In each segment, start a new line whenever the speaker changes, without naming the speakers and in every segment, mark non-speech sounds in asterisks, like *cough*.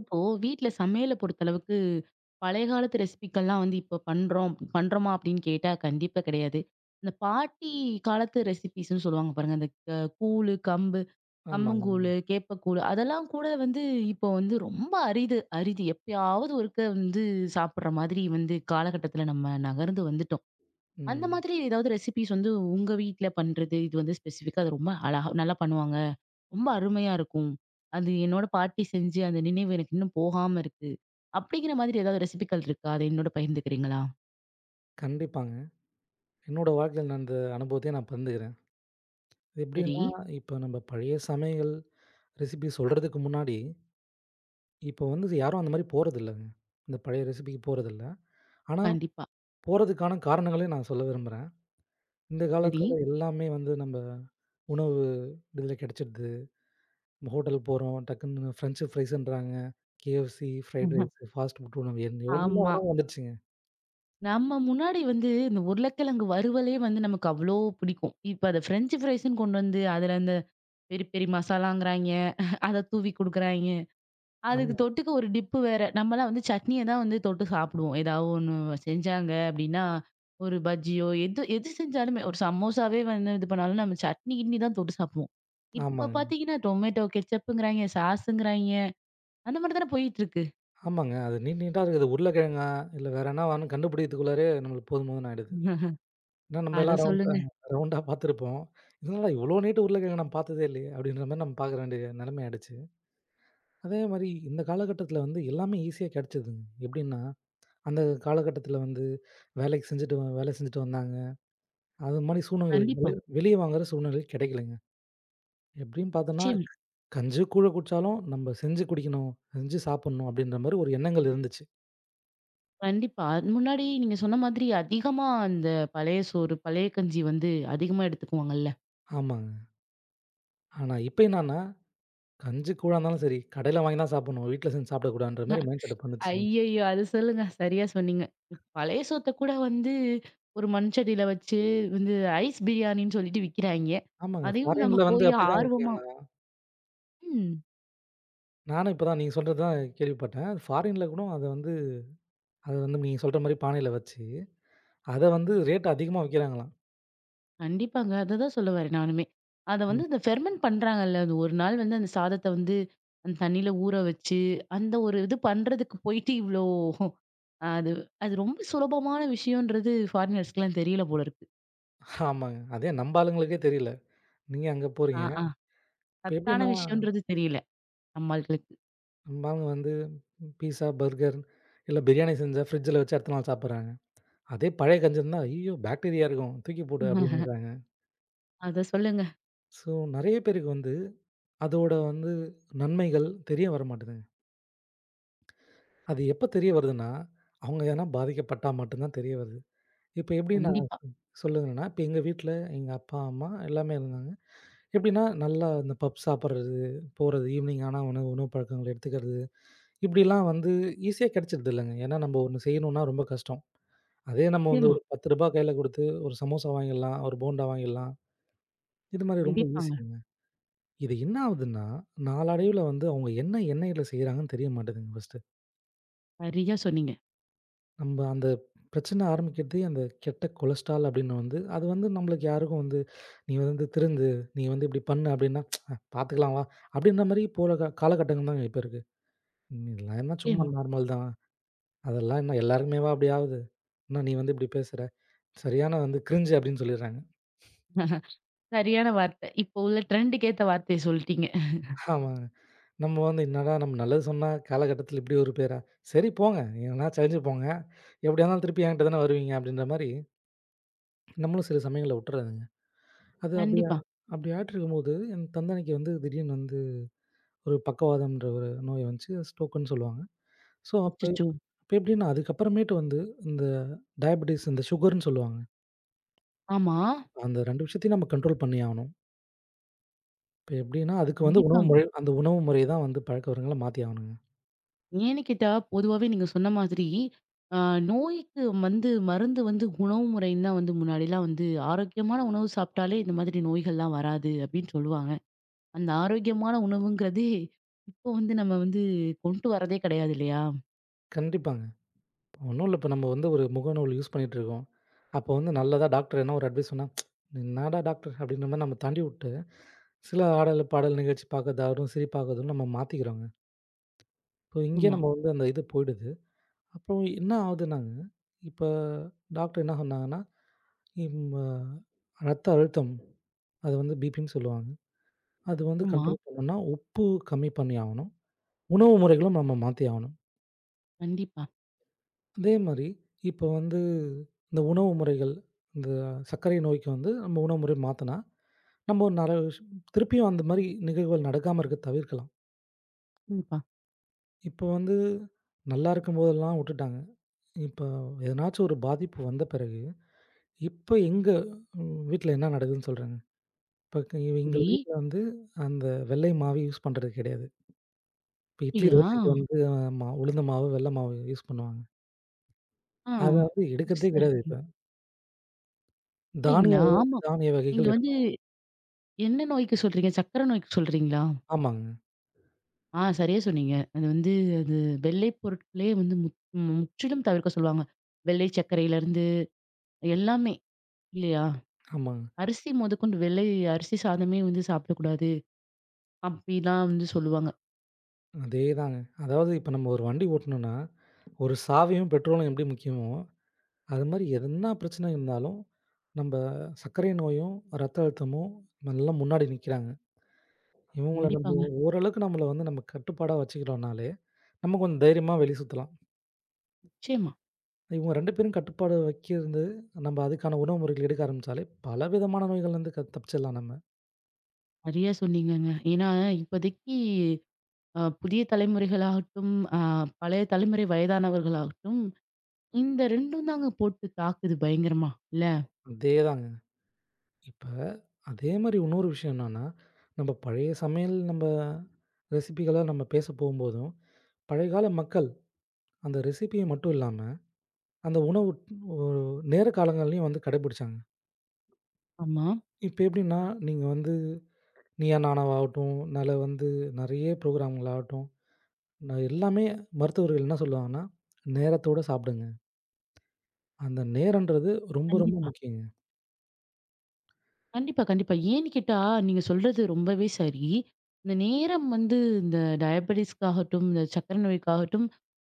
இப்போ வீட்ல சமையல பொறுத்தளவுக்கு, பழைய காலத்து ரெசிபிக்கள்லாம் வந்து இப்ப பண்றோம் பண்றோமா அப்படின்னு கேட்டா கண்டிப்பா கிடையாது. இந்த பாட்டி காலத்து ரெசிபீஸ்ன்னு சொல்லுவாங்க பாருங்க. அந்த கூழு, கம்பு,
ஆமாங்க.
கம்பங்கூழு, கேப்பக்கூழு அதெல்லாம் கூட வந்து இப்போ வந்து ரொம்ப அரிது அரிது. எப்பயாவது ஒருக்க வந்து சாப்பிடுற மாதிரி வந்து காலகட்டத்துல நம்ம நகர்ந்து வந்துட்டோம். அந்த
ம்.
மாதிரி ஏதாவது ரெசிபீஸ் வந்து உங்க வீட்ல பண்றது, இது வந்து ஸ்பெசிஃபிக்கா அது ரொம்ப அழகா நல்லா பண்ணுவாங்க. ரொம்ப அருமையா இருக்கும். அது என்னோட பாட்டி செஞ்ச அந்த நினைவு எனக்கு இன்னும் போகாம இருக்கு. அப்படிங்கிற மாதிரி ஏதாவது ரெசிபிக்கள் இருக்கா? அத என்னோட பகிர்ந்துக்கிறீங்களா?
கண்டிப்பாங்க. என்னோட வாழ்க்கையில நடந்த அனுபவத்தையே நான் பகிர்ந்துக்கிறேன். இது
சரி.
எப்படின்னா, இப்ப நம்ம பழைய சமையல் ரெசிபி சொல்றதுக்கு முன்னாடி, இப்போ வந்து யாரும் அந்த மாரி போறதில்லங்க. இந்த பழைய ரெசிபிக்கு போறதில்ல. ஆனா,
கண்டிப்பா.
போறதுக்கான காரணங்களையும் நான் சொல்ல விரும்புறேன். இந்த
சரி.
காலத்துல எல்லாமே வந்து நம்ம உணவு இதில கிடைச்சிடுது. நம்ம ஹோட்டல் போறோம், டக்குன்னு ஃப்ரெஞ்ச் ஃப்ரைஸ்ன்றாங்க, KFC, fried
*laughs*
rice, fast food உணவு என் எவ்வளோ
ஆமா.
உணவு வந்துடுச்சுங்க.
நம்ம முன்னாடி வந்து இந்த உருளைக்கிழங்கு வறுவலே வந்து நமக்கு அவ்ளோ பிடிக்கும். இப்ப அத பிரெஞ்ச் ஃப்ரைஸ்ன்னு கொண்டு வந்து, அதுல அந்த பெரி பெரி மசாலாங்கிறாய்ங்க. அத தூவி குடுக்குறாய்ங்க. அதுக்கு
ஆமா,
தொட்டுக்க ஒரு டிப்பு வேற. நம்மலாம் வந்து சட்னிய தான் வந்து தொட்டு சாப்பிடுவோம். ஏதாவது ஒண்ணு செஞ்சாங்க அப்டின்னா, ஒரு பஜ்ஜியோ எது எது செஞ்சாலுமே ஒரு சமோசாவே வந்து இது பண்ணாலும் நம்ம சட்னி, கிட்னி தான் தொட்டு சாப்பிடுவோம். இப்ப
ஆமாங்க.
பார்த்தீங்கன்னா, டொமேட்டோ கெட்சப்புங்கிறாய்ங்க, சாஸுங்கிறாய்ங்க. அந்த மாரி தானே போயிட்டுருக்கு.
ஆமாங்க. அது நீட் நீட்டா இருக்குது. உருளைக்கிழங்கா, இல்ல வேற என்னவான்னு கண்டுபிடிக்கிறதுக்குள்ளாரயே நம்மளுக்கு போதும் போதும்ன்னு ஆயிடுது. ஏன்னா நம்ம
அத
எல்லாம் ரவுண்டா
சொல்லுங்க.
ரவுண்டா பார்த்துருப்போம். "என்னடா இவ்ளோ நீட்ட உருளைக்கிழங்கு நான் பார்த்ததே இல்லையே!" அப்படின்ற மாரி நம்ம பார்க்க வேண்டிய நெலைமை ஆயிடுச்சு. அதே மாரி இந்த காலகட்டத்தில வந்து எல்லாமே ஈஸியா கெடைச்சதுங்க. எப்படின்னா, அந்த காலகட்டத்தில வந்து வேலைக்கு செஞ்சுட்டு வேலை செஞ்சுட்டு வந்தாங்க. அது மாரி சூழ்நிலைகளுக்கு
கண்டிப்பா.
வெளிய வாங்குற சூழ்நிலை கெடைக்கலங்க. எப்படின்னு பார்த்தோன்னா,
நிச்சயமா.
கஞ்சி கூழ குடிச்சாலும் நம்ம செஞ்சு குடிக்கணும், செஞ்சு சாப்பிடணும் அப்படின்ற மாரி ஒரு எண்ணங்கள் இருந்துச்சு.
கண்டிப்பா. அது முன்னாடி நீங்க சொன்ன மாதிரி அதிகமா அந்த பழைய சோறு, பழைய கஞ்சி வந்து அதிகமா எடுத்துக்குவாங்கல்ல.
ஆமாங்க. ஆனா இப்ப என்னான்னா கஞ்சி கூழா இருந்தாலும் சரி, கடையில வாங்கி தான் சாப்பிடணும். வீட்ல செஞ்சு சாப்பிடக்கூடாதுன்ற மாரி மைண்ட் செட்டப் வந்துருச்சுங்க.
ஐயய்யோ! அது சொல்லுங்க. சரியா சொன்னீங்க. பழைய சோத்த கூட வந்து ஒரு மண்சட்டியில வச்சு வந்து ஐஸ் பிரியாணின்னு சொல்லிட்டு விக்கிறாய்ங்க.
ஆமாங்க.
அதையும் நம்ம
ஃபாரின்ல வந்து
போய்
அப்படிதான்
ஆர்வமா
வைக்கிறாங்க.
ம்.
நானும் இப்ப தான் நீங்க சொல்றது தான் கேள்விப்பட்டேன். ஃபாரின்ல கூட அத வந்து அத வந்து நீங்க சொல்ற மாரி பானையில வச்சு, அத வந்து ரேட் அதிகமா விக்கிறாங்களாம்.
கண்டிப்பாங்க. அததான் சொல்ல வரேன் நானுமே. அத
ம்.
வந்து இந்த ஃபெர்மென்ட் பண்றாங்கல்ல. அது ஒரு நாள் வந்து அந்த சாதத்த வந்து அந்த தண்ணீல ஊற வச்சு, அந்த ஒரு இது பண்றதுக்கு போயிட்டு இவ்ளோ அது அது ரொம்ப சுலபமான விஷயம்ன்றது ஃபாரினர்ஸ்க்குலாம் தெரியல போல இருக்கு.
ஆமாங்க. அதே நம்ப ஆளுங்களுக்கே தெரியல. நீங்க அங்க
ஆ,
போறீங்க.
ஆ.
இப்ப
சத்தான
எப்படின்னா,
விஷயம்ன்றது தெரியல நம்மாட்களுக்கு.
நம்ப ஆளுங்க வந்து பீஸா, பர்கர் இல்ல பிரியாணி செஞ்சா ஃப்ரிட்ஜ்ல வச்சு அடுத்த நாள் சாப்பிடுறாங்க. அதே பழைய கஞ்சி இருந்தா, "ஐயய்யோ! பாக்டீரியா இருக்கும். தூக்கி போடு" அப்படின்னுறாங்க.
அத சொல்லுங்க.
ஸோ நெறைய பேருக்கு வந்து அதோட வந்து நன்மைகள் தெரிய வரமாட்டேதுங்க. அது எப்ப தெரிய வருதுன்னா, அவங்க எதனா பாதிக்கப்பட்டா மட்டும் தான் தெரிய வருது. இப்ப எப்படின்னா
கண்டிப்பா.
சொல்லுங்கன்னா, இப்ப எங்க வீட்ல எங்க அப்பா, அம்மா எல்லாமே இருந்தாங்க. எப்படின்னா நல்லா இந்த பப் சாப்பிடுறது, போறது, ஈவினிங் ஆனா உணவு உணவு பழக்கங்கள் எடுத்துக்கிறது, இப்படிலாம் வந்து ஈஸியா கிடைச்சிடுது இல்லைங்க. ஏன்னா நம்ம ஒண்ணு செய்யணும்னா ரொம்ப கஷ்டம். அதே நம்ம வந்து
நிச்சயமா.
ஒரு ரூ. 10 கையில குடுத்து ஒரு சமோசா வாங்கிடலாம், ஒரு போண்டா வாங்கிடலாம். இது மாதிரி ரொம்ப
கண்டிப்பாங்க.
ஈஸிங்க. இது என்ன ஆகுதுன்னா, நாளடைவுல வந்து அவங்க என்ன எண்ணெயில செய்றாங்கன்னு தெரிய மாட்டேதுங்க ஃபர்ஸ்ட்.
சரியா சொன்னீங்க.
நம்ப அந்த பிரச்சனை ஆரம்பிக்கிறதே அந்த கெட்ட கொலஸ்ட்ரால் அப்படின்னு வந்து அது வந்து நம்மளுக்கு யாருக்கும் வந்து, "நீ வந்து திருந்து, நீ வந்து இப்படி பண்ணு" அப்படின்னா, "அ பார்த்துக்கலாம் வா" அப்படின்ற மாரி போற காலகட்டங்கள் தாங்க இப்ப இருக்கு. ம் இதெல்லாம் என்ன சும்மா
நிச்சயமா.
நார்மல் தான். அதெல்லாம் என்ன எல்லாருக்குமேவா அப்படி ஆவுது? என்ன நீ வந்து இப்படி பேசுற? சரியான வந்து கிரிஞ்சு அப்படின்னு சொல்லிடுறாங்க.
சரியான வார்த்தை. இப்போ உள்ள ட்ரெண்டுக்கு ஏத்த வார்த்தைய சொல்ட்டீங்க.
ஆமாங்க. நம்ம வந்து என்னடா நம்ம நல்லது சொன்னா காலகட்டத்தில இப்படி ஒரு பேரா? சரி போங்க, எங்கனா சரிஞ்சு போங்க. எப்படியா இருந்தாலும் திருப்பி என்கிட்ட தானே வருவீங்க அப்படின்ற மாரி நம்மளும் சில சமயங்கள்ல விட்டுறது. அது அப்படியா
கண்டிப்பா.
அப்படி ஆயிட்டிருக்கும்போது, என் தந்தனைக்கு வந்து திடீர்னு வந்து ஒரு பக்கவாதம்ன்ற ஒரு நோய் வந்துச்சு. ஸ்ட்ரோக்குன்னு சொல்லுவாங்க. ஸோ, அப்ப
அச்சச்சோ!
இப்ப எப்படின்னா, அதுக்கப்புறமேட்டு வந்து இந்த டயபீட்டிஸ் இந்த சுகர்ன்னு சொல்லுவாங்க.
ஆமா.
அந்த 2 விஷயத்தையும் நம்ம கண்ட்ரோல் பண்ணி ஆவணும். இப்ப எப்படின்னா, அதுக்கு வந்து உணவு
கண்டிப்பாங்க.
முறை அந்த உணவு முறை தான் வந்து பழக்கவழக்கங்கள மாத்தி ஆவணுங்க.
ஏன்னு கேட்டா, பொதுவாவே நீங்க சொன்ன மாதிரி, அ நோய்க்கு வந்து மருந்து வந்து உணவு முறைன்னு தான் வந்து முன்னாடிலாம் வந்து ஆரோக்கியமான உணவு சாப்பிட்டாலே இந்த மாதிரி நோய்கள்லாம் வராது அப்டின்னு சொல்லுவாங்க. அந்த ஆரோக்கியமான உணவுங்கிறதே, இப்போ வந்து நம்ம வந்து கொண்டு வரதே கிடையாது இல்லையா?
கண்டிப்பாங்க. ஒண்ணும் இல்ல. இப்ப நம்ம வந்து ஒரு முகநூல் யூஸ் பண்ணிட்டுருக்கோம். அப்ப வந்து நல்லதா டாக்டர் என்ன ஒரு அட்வைஸ் சொன்னா, "என்னாடா டாக்டர்" அப்படின்ற மாரி நம்ம தாண்டி வுட்டு, சில ஆடல், பாடல் நிகழ்ச்சி பார்க்கறதாகட்டும், சிரிப்பாகட்டும் நம்ம மாத்திக்கிறோங்க. இப்போ இங்கேயே
ஆமா,
நம்ம வந்து அந்த இது போயிடுது. அப்புறம் என்ன ஆகுதுன்னாங்க, இப்போ டாக்டர் என்ன சொன்னாங்கன்னா, இம் அ ரத்த அழுத்தம் அது வந்து பிபின்னு சொல்லுவாங்க. அது வந்து
ஆமா.
கண்ட்ரோல் பண்ணணும்னா உப்பு கம்மி பண்ணி ஆவணும். உணவு முறைகளும் நம்ம மாத்தி ஆவணும்.
கண்டிப்பா,
அதே மாரி இப்போ வந்து இந்த உணவு முறைகள், இந்த சர்க்கரை நோய்க்கு வந்து நம்ம உணவு முறை மாத்துனா, நம்ம ஒரு நெறைய விஷயம் திருப்பியும் அந்த மாரி நிகழ்வுகள் நடக்காம இருக்க தவிர்க்கலாம்.
கண்டிப்பா.
இப்போ வந்து நல்லா இருக்கும்போதெல்லாம் உட்டுட்டாங்க. இப்போ எதனாச்சும் ஒரு பாதிப்பு வந்த பிறகு இப்ப எங்க வீட்ல என்ன நடக்குதுன்னு சொல்றேங்க. இப்ப எங்க
சரி.
வீட்ல வந்து அந்த வெள்ளை மாவு யூஸ் பண்றது கிடையாது. இப்ப இட்லி,
அப்டியா?
தோசைக்கு வந்து உளுந்த மாவு, வெள்ள மாவு யூஸ் பண்ணுவாங்க.
ஆ.
அத வந்து எடுக்கிறதே
புதுசா
கிடையாது
இருக்கே!
இப்ப. தானிய
அப்படிங்களா?
வ
ஆமா.
தானிய
நீங்க
வகைகள்
வந்து
எடுப்பாங்க.
என்ன நோய்க்கு சொல்றீங்க? சர்க்கரை நோய்க்கு சொல்றீங்களா?
ஆமாங்க,
ஆ சரியா சொன்னீங்க. அது வந்து அது வெள்ளை பொருட்களே வந்து முற்றிலும் தவிர்க்க சொல்லுவாங்க. வெள்ளை சர்க்கரையிலருந்து எல்லாமே இல்லையா?
ஆமாங்க.
அரிசி முதற்கொண்டு வெள்ளை அரிசி சாதமே வந்து சாப்பிடக்கூடாது. அப்படிலாம் வந்து சொல்லுவாங்க.
அதேதாங்க. அதாவது இப்ப நம்ம ஒரு வண்டி ஓட்டணும்னா, ஒரு சாவியும், பெட்ரோலும் எப்படி முக்கியமோ, அது மாரி என்ன பிரச்சனை இருந்தாலும், நம்ப சர்க்கரை நோயும், ரத்த அழுத்தமும் நல்லா முன்னாடி நிக்கிறாங்க. இவங்கள நம்ம
கண்டிப்பாங்க.
ஓரளவுக்கு நம்மள வந்து நம்ம கட்டுப்பாடா வச்சுக்கிட்டோம்னாலே நம்ம கொஞ்சம் தைரியமா வெளிய சுத்தலாம்.
நிச்சயமா.
இவங்க 2 பேரும் கட்டுப்பாடு வைக்கிறது, நம்ம அதுக்கான உணவு முறைகள் எடுக்க ஆரம்பிச்சாலே, பல விதமான நோய்கள்லருந்து க தப்பிச்சிடலாம் நம்ம.
சரியா சொன்னீங்கங்க. ஏன்னா இப்போதைக்கு புதிய தலைமுறைகளாகட்டும், பழைய தலைமுறை வயதானவர்களாகட்டும், இந்த 2ம் தாங்க போட்டு தாக்குது பயங்கரமா. இல்ல?
அதேதாங்க. இப்ப அதே மாரி இன்னொரு விஷயம் என்னன்னா, நம்ம பழைய சமையல் நம்ம ரெசிபிகள நம்ம பேச போம்போதும், பழைய கால மக்கள் அந்த ரெசிபிய மட்டும் இல்லாம, அந்த உணவு ஒ நேர காலங்கள்லயும் வந்து கடைபிடிச்சாங்க.
ஆமா.
இப்ப எப்டின்னா, நீங்க வந்து நீயா நானாவாகட்டும், நல்ல வந்து நெறைய ப்ரோகிராம்களாகட்டும், எல்லாமே மருத்துவர்கள் என்ன சொல்லுவாங்கன்னா, நேரத்தோட சாப்பிடுங்க. அந்த நேரம்ன்றது ரொம்ப, ரொம்ப
கண்டிப்பா.
முக்கியங்க.
கண்டிப்பா, கண்டிப்பா. ஏன்னு கேட்டா, நீங்க சொல்றது ரொம்பவே சரி. இந்த நேரம் வந்து இந்த டயபெடிஸ்க்காகட்டும், இந்த சர்க்கரை நோய்க்காகட்டும்,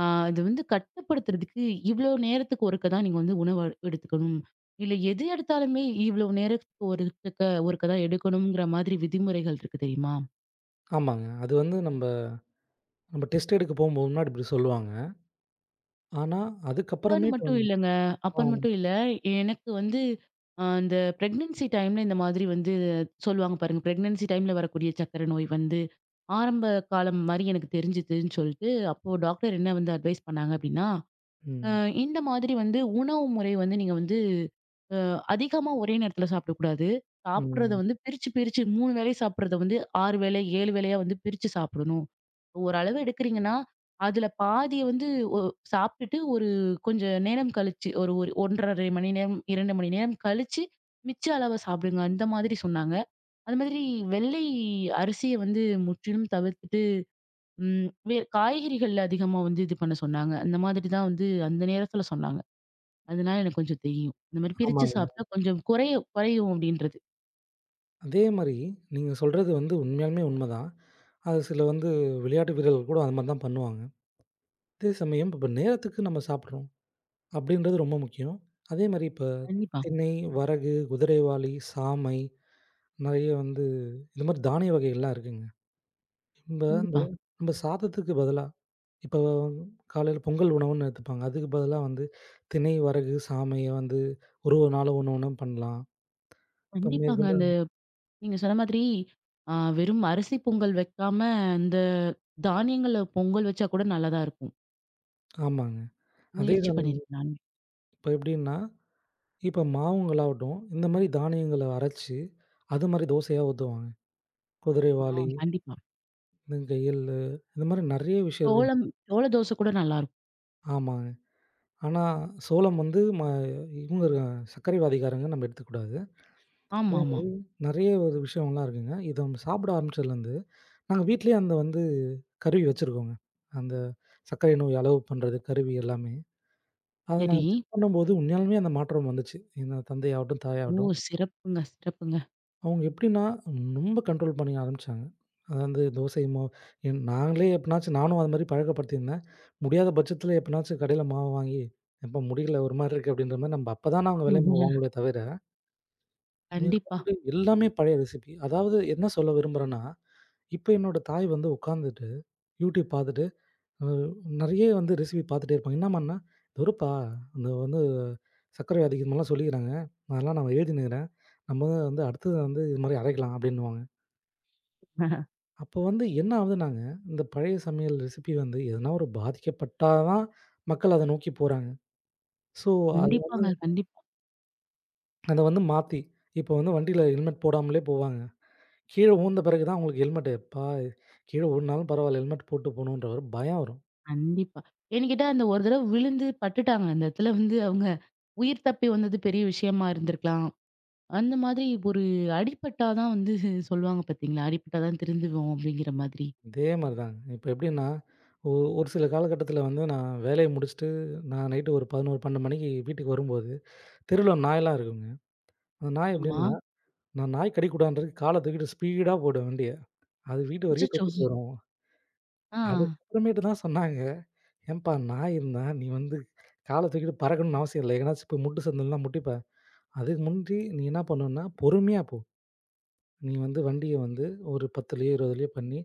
ஆ இது வந்து கட்டுப்படுத்துறதுக்கு இவ்ளோ நேரத்துக்கு ஒருக்க தான் நீங்க வந்து உணவு எடுத்துக்கணும். இல்ல எது எடுத்தாலுமே இவ்ளோ நேரத்துக்கு ஒருத்துக்க ஒருக்க தான் எடுக்கணுங்கிற மாதிரி விதிமுறைகள் இருக்கு தெரியுமா?
ஆமாங்க. அது வந்து நம்ப நம்ப டெஸ்ட் எடுக்க போம்போது முன்னாடி இப்படி சொல்லுவாங்க. ஆனா,
அப்பான்னு
அதுக்கப்புறமேட்டு
மட்டும்
வந்து
இல்லங்க.
ஆ.
அப்பான்னு மட்டும் இல்ல. எனக்கு வந்து இந்த பிரெக்னன்சி டைம்ல இந்த மாதிரி வந்து சொல்லுவாங்க பாருங்க. பிரெக்னன்சி டைம்ல வரக்கூடிய சர்க்கரை நோய் வந்து ஆரம்ப காலம் மாரி எனக்கு தெரிஞ்சுதுன்னு சொல்லிட்டு, அப்போ டாக்டர் என்ன வந்து அட்வைஸ் பண்ணாங்க அப்டின்னா, அ
ம்.
இந்த மாதிரி வந்து உணவு முறை வந்து நீங்க வந்து அ அதிகமா ஒரே நேரத்துல சாப்பிடக்கூடாது. சாப்பிடுறத
ம்.
வந்து பிரிச்சு, பிரிச்சு 3 வேளை சாப்பிடுறத வந்து 6 வேளை, 7 வேளையா வந்து பிரிச்சு சாப்பிடணும். ஓரளவு எடுக்கிறீங்கன்னா, அதுல பாதிய வந்து ஒ சாப்பிட்டுட்டு ஒரு கொஞ்சம் நேரம் கழிச்சு, ஒரு ஒரு 1 1/2 மணி நேரம், 2 மணி நேரம் கழிச்சு, மிச்ச அளவ சாப்பிடுங்க. அந்த மாதிரி சொன்னாங்க. அது மாதிரி வெள்ளை அரிசிய வந்து முற்றிலும் தவிர்த்துட்டு ம். காய்கறிகள்ல அதிகமா வந்து இது பண்ண சொன்னாங்க. அந்த மாதிரி தான் வந்து அந்த நேரத்துல சொன்னாங்க. அதனால எனக்கு கொஞ்சம் தெரியும். இந்த மாரி பிரிச்சு
ஆமாங்க.
சாப்பிட்டா கொஞ்சம் குறையும் குறையும் அப்படின்றது.
அதே மாரி நீங்க சொல்றது வந்து உண்மையாலுமே உண்மதான். அது சில வந்து விளையாட்டு வீரர்கள் கூட அது மாரி தான் பண்ணுவாங்க. அதே சமயம் இப்ப நேரத்துக்கு நம்ம சாப்பிடுறோம் அப்படின்றது ரொம்ப முக்கியம். அதே மாரி இப்ப
கண்டிப்பா,
திணை, வரகு, குதிரைவாலி, சாமை, நெறைய வந்து இந்த மாரி தானிய வகைகள்லாம் இருக்குங்க. நம்ப அந்த
கண்டிப்பா,
நம்ப சாதத்துக்கு பதிலா இப்போ காலையில பொங்கல் உணவுன்னு எடுத்துப்பாங்க. அதுக்கு பதிலா வந்து திணை, வரகு, சாமைய வந்து ஒரு ஒரு நாளும் ஒண்ணு ஒண்ணு பண்ணலாம். இப்ப
கண்டிப்பாங்க.
மேற்கொண்டு
அந்த நீங்க சொன்ன மாதிரி வெறும் அரிசி பொங்கல் வைக்காம, இந்த தானியங்கள்ல பொங்கல் வச்சா கூட நல்லா தான் இருக்கும்.
ஆமாங்க. அதே
முயற்சி
தான்
பண்ணியிருக்கேன் நானு.
இப்ப எப்படின்னா, இப்ப மாவுங்களாகட்டும், இந்த மாரி தானியங்கள அரைச்சு, அது மாரி தோசையா ஊத்துவாங்க.
ஆ
குதிரைவாலி,
கண்டிப்பா.
இந்த எள்ளு இந்த மாரி நெறைய விஷயம் இருக்கு.
சோளம் சோள தோசை கூட நல்லாருக்கும்.
ஆமாங்க. ஆனா சோளம் வந்து இவங்க இருக்காங்க சர்க்கரைவாதிகாரங்க நம்ம எடுத்துக்கக்கூடாது.
ஆமாமா.
நெறைய ஒரு விஷயம்லாம் இருக்குங்க. இத நம்ம சாப்பிட ஆரம்பிச்சதுலேருந்து நாங்க வீட்லயே அந்த வந்து கருவி வச்சிருக்கோங்க. அந்த சர்க்கரை நோய் அளவு பண்றது கருவி எல்லாமே. அத
சரி.
நாங்க செக் பண்ணும்போது உண்மையாலுமே அந்த மாற்றம் வந்துச்சு. எங்க தந்தையாகட்டும்,
ஓ!
தாயாகட்டும்
சிறப்புங்க, சிறப்புங்க.
அவங்க எப்படின்னா ரொம்ப கண்ட்ரோல் பண்ணி ஆரம்பிச்சாங்க. அதாவது தோசை மாவு என் நாங்களே எப்பனாச்சும் நானும் அது மாரி பழக்கப்படுத்தியிருந்தேன். முடியாத பட்சத்தில எப்பனாச்சும் கடையில மாவு வாங்கி, "எப்பா முடியல ஒரு மாரி இருக்கு" அப்படின்ற மாரி நம்ம அப்ப தான் நாங்க வெள்ளை மாவு
ஆமா.
வாங்குவோமே தவிர,
கண்டிப்பா.
மேற்கொண்டு எல்லாமே பழைய ரெசிபி. அதாவது என்ன சொல்ல விரும்புறேன்னா, இப்ப என்னோட தாய் வந்து உட்காந்துட்டு, YouTube பார்த்துட்டு அ நெறைய வந்து ரெசிபி பார்த்துட்டே இருப்பாங்க. என்னாம்மான்னா, "இது வரும்ப்பா, இந்த வந்து சர்க்கரை வியாதிக்கு இது மாரிலாம் சொல்லிக்கிறாங்க. அதெல்லாம் நான் எழுதினுக்கிறேன். நம்ம வந்து அடுத்தது வந்து இது மாரி அரைக்கலாம்" அப்படின்னுவாங்க. அப்போ வந்து என்ன ஆகுதுன்னாங்க, இந்த பழைய சமையல் ரெசிபி வந்து எதனா ஒரு பாதிக்கப்பட்டா தான் மக்கள் அத நோக்கி போறாங்க. ஸோ, அது
கண்டிப்பாங்க, கண்டிப்பா.
அத வந்து மாத்தி, இப்போ வந்து வண்டியில ஹெல்மெட் போடாமலே போவாங்க. கீழ ஊழ்ந்த பிறகு தான் அவங்களுக்கு ஹெல்மெட், "எப்பா! கீழ விழுந்தாலும் பரவால்ல, ஹெல்மெட் போட்டு போகணுன்ற" ஒரு பயம் வரும்.
கண்டிப்பா. ஏன்னு கேட்டா, அந்த ஒரு தடவ விழுந்து பட்டுட்டாங்க. அந்த இடத்துல வந்து அவங்க உயிர் தப்பி வந்தது பெரிய விஷயமா இருந்திருக்கலாம். அந்த மாதிரி ஒரு அடிபட்டா தான் வந்து சொல்லுவாங்க பார்த்தீங்களா? அடிபட்டா தான் திருந்துவோம் அப்படிங்கிற மாதிரி.
இதே மாரி தாங்க. இப்ப எப்படின்னா, ஒ ஒரு சில காலகட்டத்தில வந்து நான் வேலைய முடிச்சுட்டு, நான் நைட்டு ஒரு 11, 12 மணிக்கு வீட்டுக்கு வரும்போது, தெருவுல நாயெல்லாம் இருக்குங்க. அந்த நாய்
ஆமா.
எப்படின்னா, நான் நாய் கடிக்கூடாதுன்றதுக்கு கால தூக்கிட்டு ஸ்பீடா போயிடும் வண்டிய. அது வீட்டு வரைக்கும்
அச்சச்சோ!
தொத்திட்டு வரும்.
ஆ.
அதுக்கப்புறமேட்டு தான் சொன்னாங்க, "ஏன்பா நாய் இருந்தா நீ வந்து கால தூக்கிட்டு பறக்கணும்னு அவசியம் இல்ல. எங்கனாச்சும் போய் முட்டு சந்துலலாம் முட்டிப்ப. அதுக்கு முந்தி நீ என்ன பண்ணணும்னா, பொறுமையா போ. நீ வந்து வண்டிய வந்து ஒரு 10லயோ, 20லயோ பண்ணி,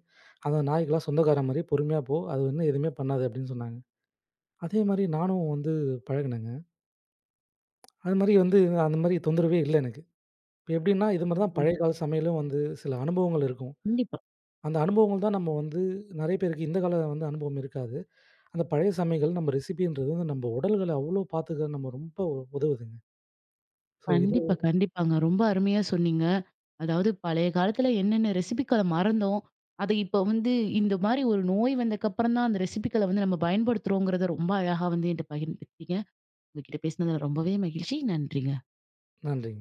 அந்த நாய்க்கெல்லாம் சொந்தக்காரன் மாரி பொறுமையா போ. அது வந்து எதுவுமே பண்ணாது." அப்படின்னு சொன்னாங்க. அதே மாரி நானும் வந்து பழகுனேங்க. அது மாரி வந்து அந்த மாரி தொந்தரவே இல்ல எனக்கு. இப்ப எப்படின்னா, இது மாரி தான் பழைய கால சமையலும் வந்து சில அனுபவங்கள் இருக்கும்.
கண்டிப்பா,
அந்த அனுபவங்கள் தான் நம்ம வந்து நெறைய பேருக்கு இந்த கால வந்து அனுபவம் இருக்காது. அந்த பழைய சமையல் நம்ம ரெசிபின்றது வந்து நம்ம உடல்கள அவ்வளோ பாத்துக்க நம்ம ரொம்ப உதவுதுங்க. ஸோ இது
கண்டிப்பா, கண்டிப்பாங்க. ரொம்ப அருமையா சொன்னீங்க. அதாவது பழைய காலத்துல என்னென்ன ரெசிபிக்கள மறந்தோம். அத இப்ப வந்து இந்த மாரி ஒரு நோய் வந்ததுக்கப்புறம் தான் அந்த ரெசிபிக்கள வந்து நம்ம பயன்படுத்துறோங்கிறத ரொம்ப அழகா வந்து என்ட்ட பகிர்ந்துக்கிட்டீங்க. உங்ககிட்ட பேசினதுல ரொம்பவே மகிழ்ச்சி. நன்றிங்க.
நன்றிங்க.